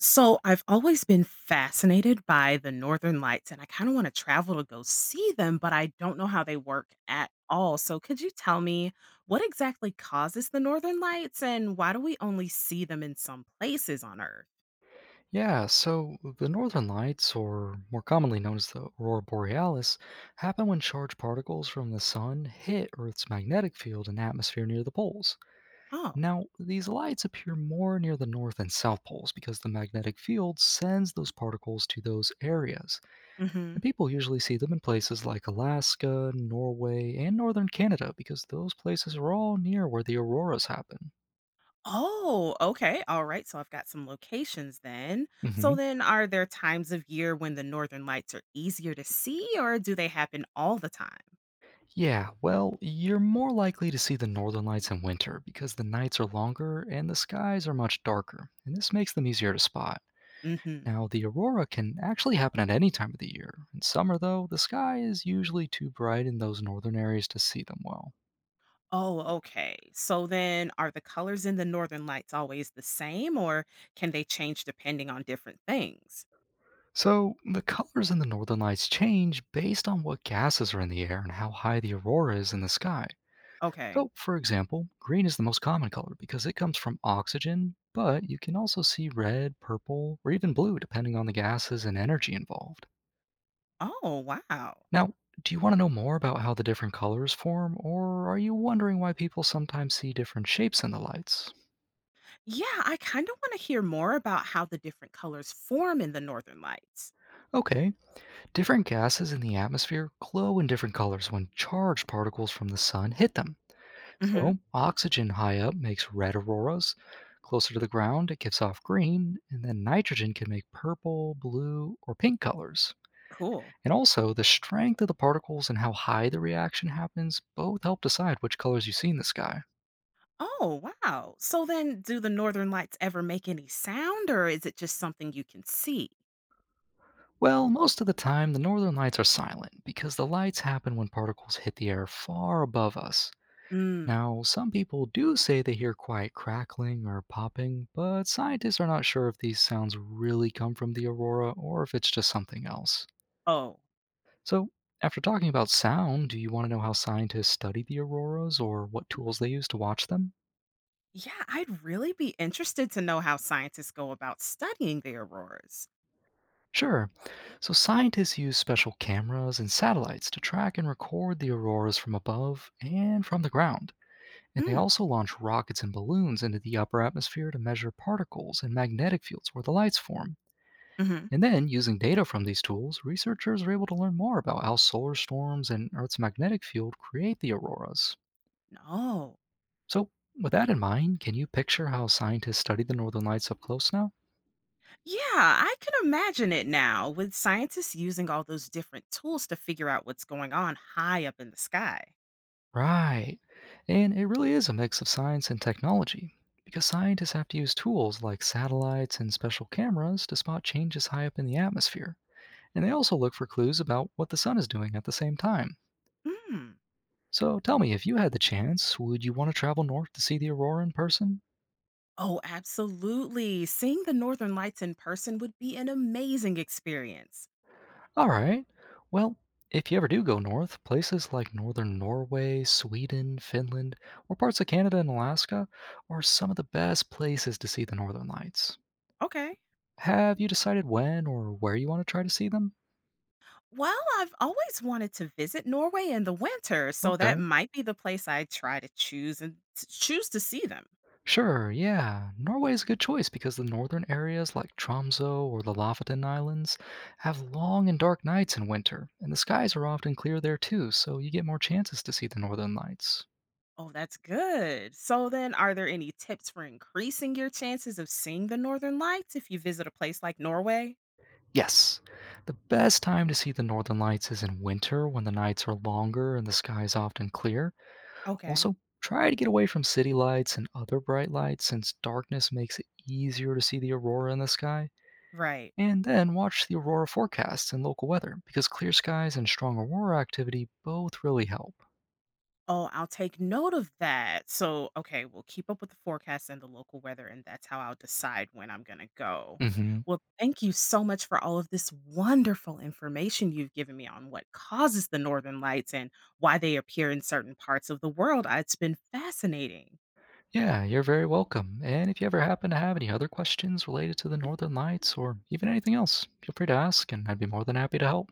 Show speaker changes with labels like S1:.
S1: So I've always been fascinated by the Northern Lights and I kind of want to travel to go see them, but I don't know how they work at all. So could you tell me what exactly causes the Northern Lights and why do we only see them in some places on Earth?
S2: Yeah, so the northern lights, or more commonly known as the aurora borealis, happen when charged particles from the sun hit Earth's magnetic field and atmosphere near the poles.
S1: Oh.
S2: Now, these lights appear more near the north and south poles because the magnetic field sends those particles to those areas.
S1: Hmm.
S2: And people usually see them in places like Alaska, Norway, and northern Canada because those places are all near where the auroras happen.
S1: Oh, okay. All right. So I've got some locations then.
S2: Mm-hmm.
S1: So then are there times of year when the Northern Lights are easier to see or do they happen all the time?
S2: Yeah, well, you're more likely to see the northern lights in winter because the nights are longer and the skies are much darker, and this makes them easier to spot.
S1: Hmm.
S2: Now, the aurora can actually happen at any time of the year. In summer, though, the sky is usually too bright in those northern areas to see them well.
S1: Oh, okay. So then are the colors in the northern lights always the same or can they change depending on different things?
S2: So, the colors in the northern lights change based on what gases are in the air and how high the aurora is in the sky.
S1: Okay.
S2: So, for example, green is the most common color because it comes from oxygen, but you can also see red, purple, or even blue depending on the gases and energy involved.
S1: Oh, wow.
S2: Now, do you want to know more about how the different colors form, or are you wondering why people sometimes see different shapes in the lights?
S1: Yeah, I kind of want to hear more about how the different colors form in the northern lights.
S2: Okay, different gases in the atmosphere glow in different colors when charged particles from the sun hit them.
S1: Mhm.
S2: So, oxygen high up makes red auroras. Closer to the ground, it gives off green, and then nitrogen can make purple, blue, or pink colors.
S1: Cool.
S2: And also, the strength of the particles and how high the reaction happens both help decide which colors you see in the sky.
S1: Oh, wow. So then do the northern lights ever make any sound or is it just something you can see?
S2: Well, most of the time, the northern lights are silent because the lights happen when particles hit the air far above us.
S1: Mm.
S2: Now, some people do say they hear quiet crackling or popping, but scientists are not sure if these sounds really come from the aurora or if it's just something else.
S1: Oh.
S2: So, after talking about sound, do you want to know how scientists study the auroras or what tools they use to watch them?
S1: Yeah, I'd really be interested to know how scientists go about studying the auroras.
S2: Sure. So, scientists use special cameras and satellites to track and record the auroras from above and from the ground. And they
S1: Mm.
S2: also launch rockets and balloons into the upper atmosphere to measure particles and magnetic fields where the lights form.
S1: Mhm.
S2: And then, using data from these tools, researchers are able to learn more about how solar storms and Earth's magnetic field create the auroras.
S1: No.
S2: So, with that in mind, can you picture how scientists study the northern lights up close now?
S1: Yeah, I can imagine it now with scientists using all those different tools to figure out what's going on high up in the sky.
S2: Right. And it really is a mix of science and technology, because scientists have to use tools like satellites and special cameras to spot changes high up in the atmosphere. And they also look for clues about what the sun is doing at the same time.
S1: Mm.
S2: So tell me, if you had the chance, would you want to travel north to see the aurora in person?
S1: Oh, absolutely. Seeing the northern lights in person would be an amazing experience.
S2: All right. Well, if you ever do go north, places like northern Norway, Sweden, Finland, or parts of Canada and Alaska are some of the best places to see the northern lights.
S1: Okay.
S2: Have you decided when or where you want to try to see them?
S1: Well, I've always wanted to visit Norway in the winter, so that
S2: Okay.
S1: might be the place I try to choose and to choose to see them.
S2: Sure, yeah. Norway is a good choice because the northern areas like Tromso or the Lofoten Islands have long and dark nights in winter, and the skies are often clear there too, so you get more chances to see the northern lights.
S1: Oh, that's good. So then, are there any tips for increasing your chances of seeing the northern lights if you visit a place like Norway?
S2: Yes. The best time to see the northern lights is in winter when the nights are longer and the sky is often clear.
S1: Okay.
S2: Also, try to get away from city lights and other bright lights since darkness makes it easier to see the aurora in the sky.
S1: Right.
S2: And then watch the aurora forecasts and local weather because clear skies and strong aurora activity both really help.
S1: Oh, I'll take note of that. So, okay, we'll keep up with the forecast and the local weather and that's how I'll decide when I'm going to go.
S2: Mhm.
S1: Well, thank you so much for all of this wonderful information you've given me on what causes the northern lights and why they appear in certain parts of the world. It's been fascinating.
S2: Yeah, you're very welcome. And if you ever happen to have any other questions related to the northern lights or even anything else, feel free to ask and I'd be more than happy to help.